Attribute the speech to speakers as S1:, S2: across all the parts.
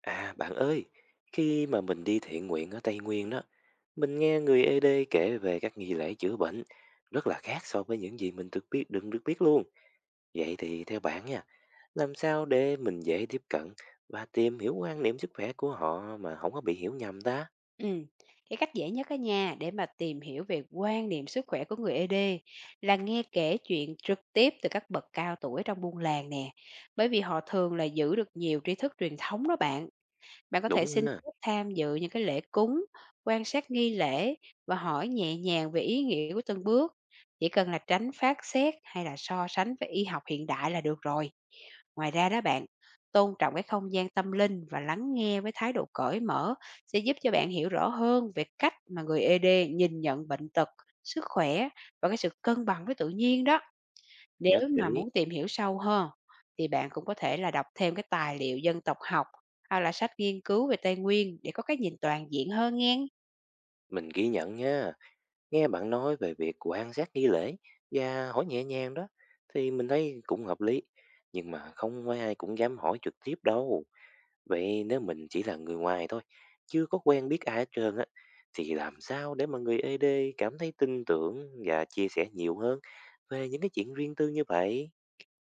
S1: À bạn ơi, khi mà mình đi thiện nguyện ở Tây Nguyên đó, mình nghe người ED kể về các nghi lễ chữa bệnh rất là khác so với những gì mình được biết đừng được biết luôn. Vậy thì theo bạn nha, làm sao để mình dễ tiếp cận và tìm hiểu quan niệm sức khỏe của họ mà không có bị hiểu nhầm ta?
S2: Ừm, cái cách dễ nhất á nhà để mà tìm hiểu về quan niệm sức khỏe của người ED là nghe kể chuyện trực tiếp từ các bậc cao tuổi trong buôn làng nè. Bởi vì họ thường là giữ được nhiều tri thức truyền thống đó bạn. Bạn có thể xin
S1: Đúng ha.
S2: phép tham dự những cái lễ cúng, quan sát nghi lễ và hỏi nhẹ nhàng về ý nghĩa của từng bước. Chỉ cần là tránh phát xét hay là so sánh với y học hiện đại là được rồi. Ngoài ra đó bạn, tôn trọng cái không gian tâm linh và lắng nghe với thái độ cởi mở sẽ giúp cho bạn hiểu rõ hơn về cách mà người ED nhìn nhận bệnh tật, sức khỏe và cái sự cân bằng với tự nhiên đó.
S1: Nhất
S2: Nếu mà
S1: trí,
S2: muốn tìm hiểu sâu hơn thì bạn cũng có thể là đọc thêm cái tài liệu dân tộc học hay là sách nghiên cứu về Tây Nguyên để có cái nhìn toàn diện hơn nghe.
S1: mình ghi nhận nha. Nghe bạn nói về việc quan sát nghi lễ và hỏi nhẹ nhàng đó thì mình thấy cũng hợp lý, nhưng mà không phải ai cũng dám hỏi trực tiếp đâu. Vậy nếu mình chỉ là người ngoài thôi, chưa có quen biết ai hết trơn á, thì làm sao để mà người ED cảm thấy tin tưởng và chia sẻ nhiều hơn về những cái chuyện riêng tư như vậy?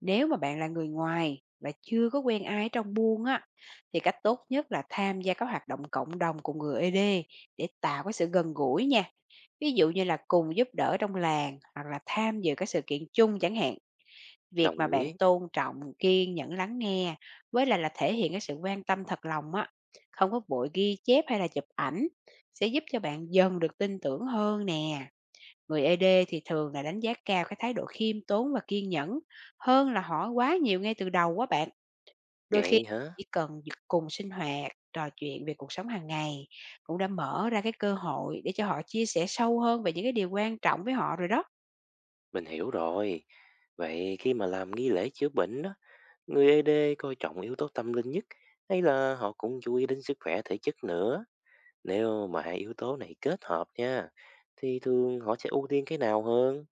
S2: Nếu mà bạn là người ngoài và chưa có quen ai trong buôn á thì cách tốt nhất là tham gia các hoạt động cộng đồng cùng người ED để tạo cái sự gần gũi nha. Ví dụ như là cùng giúp đỡ trong làng hoặc là tham dự các sự kiện chung chẳng hạn. Việc
S1: Đồng
S2: mà bạn
S1: ý.
S2: tôn trọng, kiên nhẫn lắng nghe với lại là thể hiện cái sự quan tâm thật lòng á, không có vội ghi chép hay là chụp ảnh sẽ giúp cho bạn dần được tin tưởng hơn nè. Người ED thì thường là đánh giá cao cái thái độ khiêm tốn và kiên nhẫn hơn là hỏi quá nhiều ngay từ đầu quá bạn. Đôi khi
S1: Vậy hả?
S2: chỉ cần cùng sinh hoạt, trò chuyện về cuộc sống hàng ngày cũng đã mở ra cái cơ hội để cho họ chia sẻ sâu hơn về những cái điều quan trọng với họ rồi đó.
S1: Mình hiểu rồi. Vậy khi mà làm nghi lễ chữa bệnh đó, người ED coi trọng yếu tố tâm linh nhất hay là họ cũng chú ý đến sức khỏe thể chất nữa? Nếu mà hai yếu tố này kết hợp nha, thì thường họ sẽ ưu tiên cái nào hơn?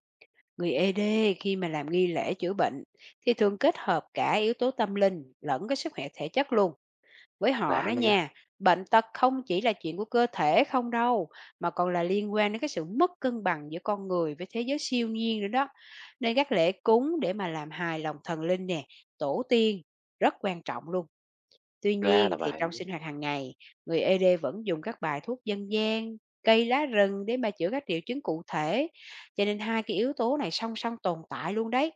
S2: Người ED khi mà làm nghi lễ chữa bệnh thì thường kết hợp cả yếu tố tâm linh lẫn cái sức khỏe thể chất luôn. Với họ
S1: Lạ
S2: đó
S1: là vậy?
S2: nha, bệnh tật không chỉ là chuyện của cơ thể không đâu, mà còn là liên quan đến cái sự mất cân bằng giữa con người với thế giới siêu nhiên nữa đó. Nên các lễ cúng để mà làm hài lòng thần linh nè, tổ tiên rất quan trọng luôn. Tuy
S1: Ra là
S2: nhiên thì
S1: vậy.
S2: trong sinh hoạt hàng ngày, người ED vẫn dùng các bài thuốc dân gian, cây lá rừng để mà chữa các triệu chứng cụ thể. Cho nên hai cái yếu tố này song song tồn tại luôn đấy.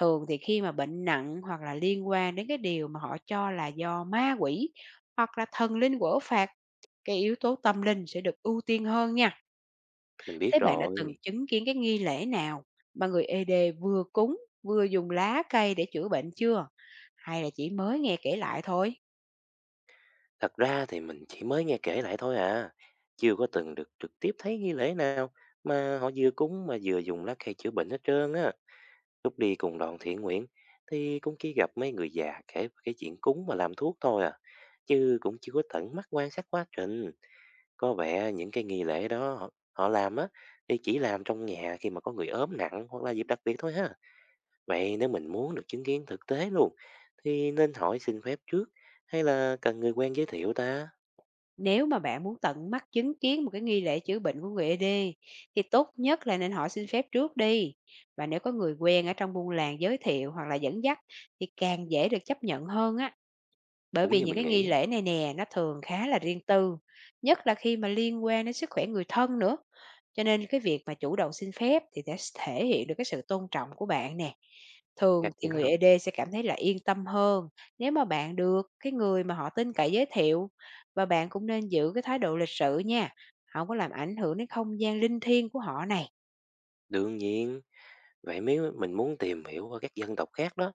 S2: Thường thì khi mà bệnh nặng hoặc là liên quan đến cái điều mà họ cho là do ma quỷ hoặc là thần linh quở phạt, cái yếu tố tâm linh sẽ được ưu tiên hơn nha.
S1: Mình biết
S2: Thế bạn đã từng
S1: rồi.
S2: chứng kiến cái nghi lễ nào mà người ED vừa cúng vừa dùng lá cây để chữa bệnh chưa? Hay là chỉ mới nghe kể lại thôi?
S1: Thật ra thì mình chỉ mới nghe kể lại thôi à, chưa có từng được trực tiếp thấy nghi lễ nào mà họ vừa cúng mà vừa dùng lá cây chữa bệnh hết trơn á. Lúc đi cùng đoàn thiện nguyện thì cũng chỉ gặp mấy người già kể về cái chuyện cúng mà làm thuốc thôi à, chứ cũng chưa có tận mắt quan sát quá trình. Có vẻ những cái nghi lễ đó họ làm á thì chỉ làm trong nhà khi mà có người ốm nặng hoặc là dịp đặc biệt thôi ha. Vậy nếu mình muốn được chứng kiến thực tế luôn thì nên hỏi xin phép trước hay là cần người quen giới thiệu ta?
S2: Nếu mà bạn muốn tận mắt chứng kiến một cái nghi lễ chữa bệnh của người AD thì tốt nhất là nên hỏi xin phép trước đi. Và nếu có người quen ở trong buôn làng giới thiệu hoặc là dẫn dắt thì càng dễ được chấp nhận hơn á. Bởi
S1: Đúng
S2: vì
S1: như
S2: những
S1: mình
S2: cái nghi
S1: nghĩ.
S2: lễ này nè nó thường khá là riêng tư, nhất là khi mà liên quan đến sức khỏe người thân nữa. Cho nên cái việc mà chủ động xin phép thì sẽ thể hiện được cái sự tôn trọng của bạn nè. Thường
S1: Chắc
S2: thì
S1: chắn
S2: người
S1: rồi.
S2: ED sẽ cảm thấy là yên tâm hơn nếu mà bạn được cái người mà họ tin cậy giới thiệu và bạn cũng nên giữ cái thái độ lịch sự nha, không có làm ảnh hưởng đến không gian linh thiêng của họ này.
S1: Đương nhiên. Vậy nếu mình muốn tìm hiểu ở các dân tộc khác đó,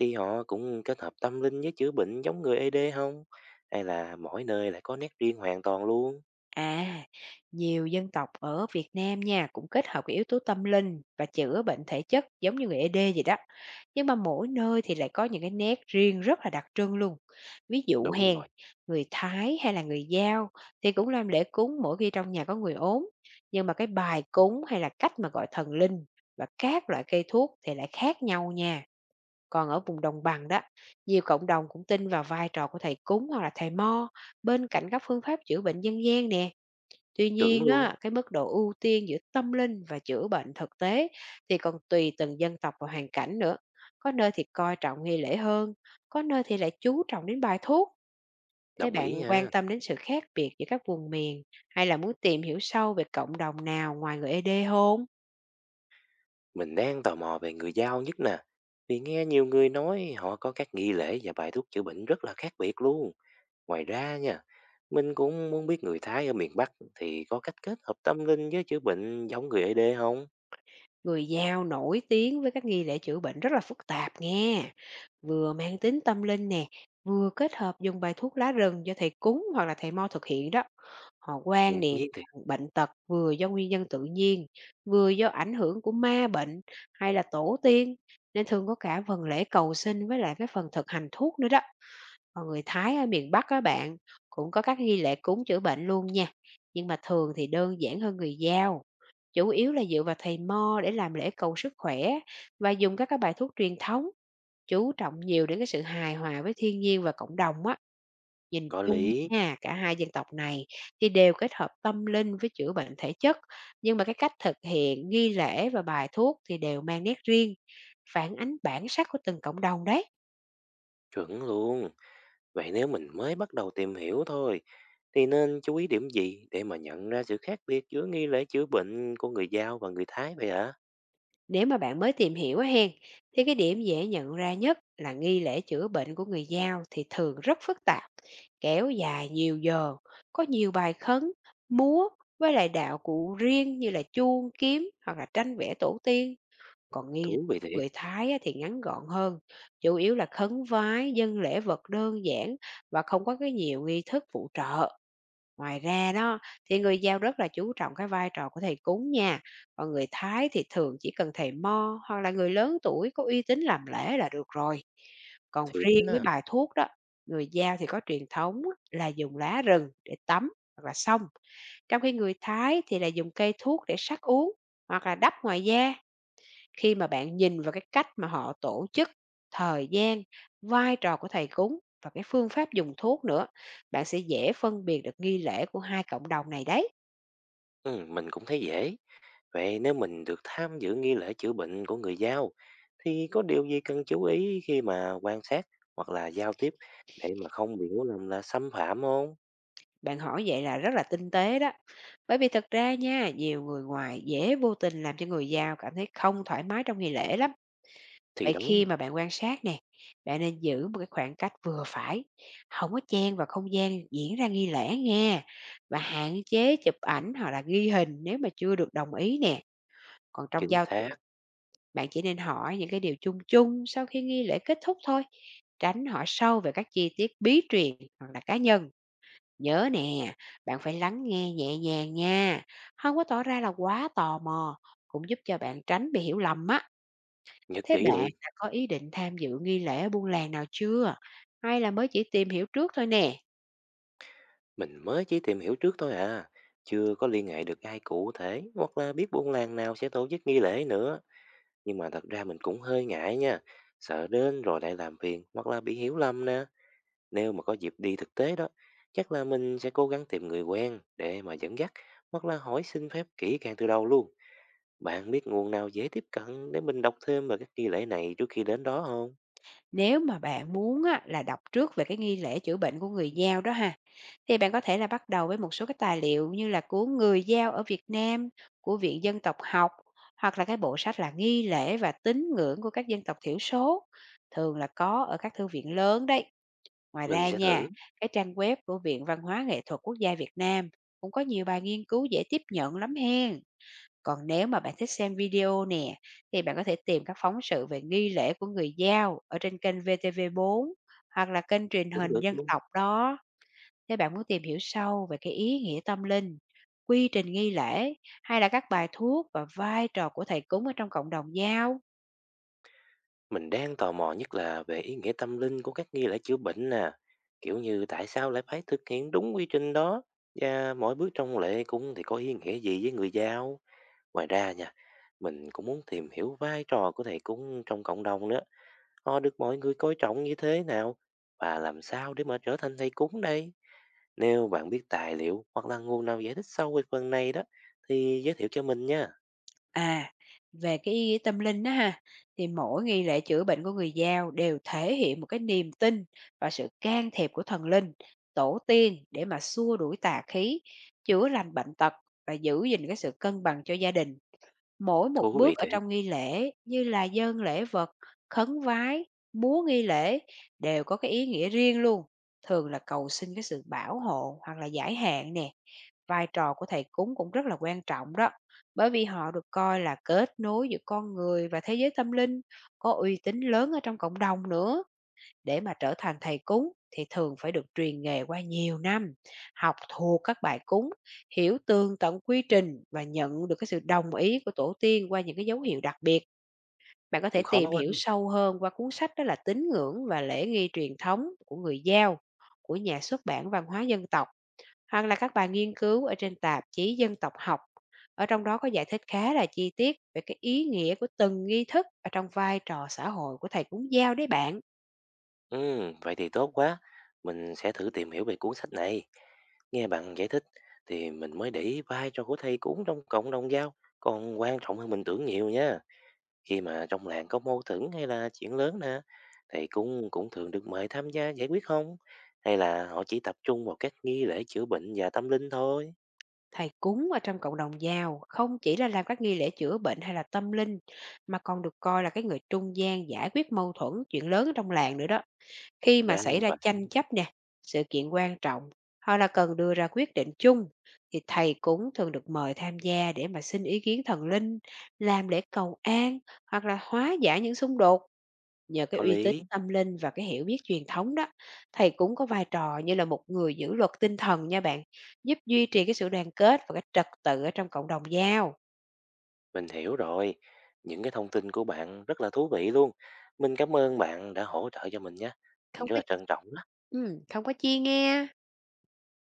S1: thì họ cũng kết hợp tâm linh với chữa bệnh giống người ED không? Hay là mỗi nơi lại có nét riêng hoàn toàn luôn?
S2: À, nhiều dân tộc ở Việt Nam nha cũng kết hợp cái yếu tố tâm linh và chữa bệnh thể chất giống như người ê đê vậy đó. Nhưng mà mỗi nơi thì lại có những cái nét riêng rất là đặc trưng luôn. Ví dụ
S1: Đúng
S2: hèn,
S1: rồi.
S2: người Thái hay là người Dao thì cũng làm lễ cúng mỗi khi trong nhà có người ốm. Nhưng mà cái bài cúng hay là cách mà gọi thần linh và các loại cây thuốc thì lại khác nhau nha. Còn ở vùng đồng bằng đó, nhiều cộng đồng cũng tin vào vai trò của thầy cúng hoặc là thầy mo bên cạnh các phương pháp chữa bệnh dân gian nè. Tuy
S1: Chuẩn
S2: nhiên
S1: luôn.
S2: á, cái mức độ ưu tiên giữa tâm linh và chữa bệnh thực tế thì còn tùy từng dân tộc và hoàn cảnh nữa. Có nơi thì coi trọng nghi lễ hơn, có nơi thì lại chú trọng đến bài thuốc. Thế
S1: Đồng
S2: bạn
S1: ý
S2: quan
S1: nha.
S2: tâm đến sự khác biệt giữa các vùng miền hay là muốn tìm hiểu sâu về cộng đồng nào ngoài người ED không?
S1: Mình đang tò mò về người Dao nhất nè. Vì nghe nhiều người nói họ có các nghi lễ và bài thuốc chữa bệnh rất là khác biệt luôn. Ngoài ra nha, mình cũng muốn biết người Thái ở miền Bắc thì có cách kết hợp tâm linh với chữa bệnh giống người ED không?
S2: Người Dao nổi tiếng với các nghi lễ chữa bệnh rất là phức tạp nghe. Vừa mang tính tâm linh nè, vừa kết hợp dùng bài thuốc lá rừng do thầy cúng hoặc là thầy mo thực hiện đó. Họ quan
S1: Ngạc
S2: niệm
S1: nhiên thiệt.
S2: rằng bệnh tật vừa do nguyên nhân tự nhiên, vừa do ảnh hưởng của ma bệnh hay là tổ tiên, nên thường có cả phần lễ cầu sinh với lại cái phần thực hành thuốc nữa đó. Còn người Thái ở miền Bắc các bạn cũng có các nghi lễ cúng chữa bệnh luôn nha, nhưng mà thường thì đơn giản hơn người Dao. Chủ yếu là dựa vào thầy mo để làm lễ cầu sức khỏe và dùng các cái bài thuốc truyền thống. Chú trọng nhiều đến cái sự hài hòa với thiên nhiên và cộng đồng á. Nhìn
S1: Có
S2: chung
S1: lý.
S2: nha, cả hai dân tộc này thì đều kết hợp tâm linh với chữa bệnh thể chất, nhưng mà cái cách thực hiện nghi lễ và bài thuốc thì đều mang nét riêng, phản ánh bản sắc của từng cộng đồng đấy.
S1: Chuẩn luôn. Vậy nếu mình mới bắt đầu tìm hiểu thôi, thì nên chú ý điểm gì để mà nhận ra sự khác biệt giữa nghi lễ chữa bệnh của người Dao và người Thái vậy hả?
S2: Nếu mà bạn mới tìm hiểu á hen, thì cái điểm dễ nhận ra nhất là nghi lễ chữa bệnh của người Dao thì thường rất phức tạp, kéo dài nhiều giờ, có nhiều bài khấn, múa với lại đạo cụ riêng như là chuông, kiếm hoặc là tranh vẽ tổ tiên. Còn nghi lễ
S1: Thú vị
S2: của
S1: thiệt.
S2: người Thái á thì ngắn gọn hơn, chủ yếu là khấn vái, dân lễ vật đơn giản và không có cái nhiều nghi thức phụ trợ. Ngoài ra đó, thì người Dao rất là chú trọng cái vai trò của thầy cúng nha, còn người Thái thì thường chỉ cần thầy mo hoặc là người lớn tuổi có uy tín làm lễ là được rồi. Còn
S1: Thiệt
S2: riêng với
S1: á.
S2: bài thuốc đó, người Dao thì có truyền thống á, là dùng lá rừng để tắm hoặc là xông, trong khi người Thái thì là dùng cây thuốc để sắc uống hoặc là đắp ngoài da. Khi mà bạn nhìn vào cái cách mà họ tổ chức, thời gian, vai trò của thầy cúng và cái phương pháp dùng thuốc nữa, bạn sẽ dễ phân biệt được nghi lễ của hai cộng đồng này đấy.
S1: Ừ, mình cũng thấy dễ. Vậy nếu mình được tham dự nghi lễ chữa bệnh của người Dao, thì có điều gì cần chú ý khi mà quan sát hoặc là giao tiếp để mà không bị hiểu lầm là xâm phạm không?
S2: Bạn hỏi vậy là rất là tinh tế đó. Bởi vì thật ra nha, nhiều người ngoài dễ vô tình làm cho người giao cảm thấy không thoải mái trong nghi lễ lắm.
S1: Thì
S2: Vậy
S1: đúng.
S2: khi mà bạn quan sát nè, bạn nên giữ một cái khoảng cách vừa phải, không có chen vào không gian diễn ra nghi lễ nghe và hạn chế chụp ảnh hoặc là ghi hình nếu mà chưa được đồng ý nè. Còn trong
S1: Chính
S2: giao tiếp,
S1: xác.
S2: bạn chỉ nên hỏi những cái điều chung chung sau khi nghi lễ kết thúc thôi, tránh hỏi sâu về các chi tiết bí truyền hoặc là cá nhân. Nhớ nè, bạn phải lắng nghe nhẹ nhàng nha, không có tỏ ra là quá tò mò, cũng giúp cho bạn tránh bị hiểu lầm á.
S1: Nhất
S2: Thế
S1: trí
S2: bạn
S1: luôn.
S2: đã có ý định tham dự nghi lễ ở buôn làng nào chưa? Hay là mới chỉ tìm hiểu trước thôi nè?
S1: Mình mới chỉ tìm hiểu trước thôi à, chưa có liên hệ được ai cụ thể hoặc là biết buôn làng nào sẽ tổ chức nghi lễ nữa. Nhưng mà thật ra mình cũng hơi ngại nha, sợ đến rồi lại làm phiền hoặc là bị hiểu lầm nè. Nếu mà có dịp đi thực tế đó, chắc là mình sẽ cố gắng tìm người quen để mà dẫn dắt hoặc là hỏi xin phép kỹ càng từ đầu luôn. Bạn biết nguồn nào dễ tiếp cận để mình đọc thêm về các nghi lễ này trước khi đến đó không?
S2: Nếu mà bạn muốn á, là đọc trước về cái nghi lễ chữa bệnh của người Dao đó ha, thì bạn có thể là bắt đầu với một số cái tài liệu như là Cuốn Người Dao ở Việt Nam của Viện Dân tộc học hoặc là cái bộ sách là Nghi lễ và tín ngưỡng của các dân tộc thiểu số, thường là có ở các thư viện lớn đấy. Ngoài
S1: Mình
S2: ra
S1: sẽ thử.
S2: nha, cái trang web của Viện Văn hóa Nghệ thuật Quốc gia Việt Nam cũng có nhiều bài nghiên cứu dễ tiếp nhận lắm hen. Còn nếu mà bạn thích xem video nè, thì bạn có thể tìm các phóng sự về nghi lễ của người Dao ở trên kênh VTV4 hoặc là kênh truyền
S1: Cũng
S2: hình
S1: được
S2: dân
S1: luôn.
S2: tộc đó, nếu bạn muốn tìm hiểu sâu về cái ý nghĩa tâm linh, quy trình nghi lễ hay là các bài thuốc và vai trò của thầy cúng ở trong cộng đồng Dao.
S1: Mình đang tò mò nhất là về ý nghĩa tâm linh của các nghi lễ chữa bệnh nè. Kiểu như tại sao lại phải thực hiện đúng quy trình đó? Và mỗi bước trong lễ cúng thì có ý nghĩa gì với người giao? Ngoài ra nha, mình cũng muốn tìm hiểu vai trò của thầy cúng trong cộng đồng nữa. Họ được mọi người coi trọng như thế nào? Và làm sao để mà trở thành thầy cúng đây? Nếu bạn biết tài liệu hoặc là nguồn nào giải thích sâu về phần này đó, thì giới thiệu cho mình nha.
S2: À, về cái ý nghĩa tâm linh đó ha, thì mỗi nghi lễ chữa bệnh của người Dao đều thể hiện một cái niềm tin và sự can thiệp của thần linh, tổ tiên để mà xua đuổi tà khí, chữa lành bệnh tật và giữ gìn cái sự cân bằng cho gia đình. Mỗi một
S1: Thú vị
S2: bước ở
S1: thế.
S2: trong nghi lễ như là dâng lễ vật, khấn vái, múa nghi lễ đều có cái ý nghĩa riêng luôn, thường là cầu xin cái sự bảo hộ hoặc là giải hạn nè. Vai trò của thầy cúng cũng rất là quan trọng đó, bởi vì họ được coi là kết nối giữa con người và thế giới tâm linh, có uy tín lớn ở trong cộng đồng nữa. Để mà trở thành thầy cúng thì thường phải được truyền nghề qua nhiều năm, học thuộc các bài cúng, hiểu tường tận quy trình và nhận được cái sự đồng ý của tổ tiên qua những cái dấu hiệu đặc biệt. Bạn có thể
S1: Cũng khó
S2: tìm
S1: quá.
S2: hiểu sâu hơn qua cuốn sách đó là Tín ngưỡng và lễ nghi truyền thống của người Dao của nhà xuất bản Văn hóa dân tộc hoặc là các bài nghiên cứu ở trên tạp chí dân tộc học, ở trong đó có giải thích khá là chi tiết về cái ý nghĩa của từng nghi thức ở trong vai trò xã hội của thầy cúng giao đấy bạn.
S1: Ừ, vậy thì tốt quá. Mình sẽ thử tìm hiểu về cuốn sách này. Nghe bạn giải thích thì mình mới để ý vai trò của thầy cúng trong cộng đồng giao còn quan trọng hơn mình tưởng nhiều nha. Khi mà trong làng có mâu thuẫn hay là chuyện lớn nè, thầy cúng cũng thường được mời tham gia giải quyết không? Hay là họ chỉ tập trung vào các nghi lễ chữa bệnh và tâm linh thôi?
S2: Thầy cúng ở trong cộng đồng Dao không chỉ là làm các nghi lễ chữa bệnh hay là tâm linh mà còn được coi là cái người trung gian giải quyết mâu thuẫn chuyện lớn ở trong làng nữa đó. Khi mà
S1: Ra
S2: xảy
S1: là
S2: ra
S1: vậy.
S2: tranh chấp nè, sự kiện quan trọng hoặc là cần đưa ra quyết định chung thì thầy cúng thường được mời tham gia để mà xin ý kiến thần linh, làm lễ cầu an hoặc là hóa giải những xung đột. Nhờ cái
S1: Có
S2: uy tín
S1: lý,
S2: tâm linh và cái hiểu biết truyền thống đó, thầy cũng có vai trò như là một người giữ luật tinh thần nha bạn, giúp duy trì cái sự đoàn kết và cái trật tự ở trong cộng đồng giao.
S1: mình hiểu rồi. Những cái thông tin của bạn rất là thú vị luôn. Mình cảm ơn bạn đã hỗ trợ cho mình nhé. Mình
S2: Không
S1: rất
S2: có
S1: là trân trọng đó.
S2: không có chia nghe.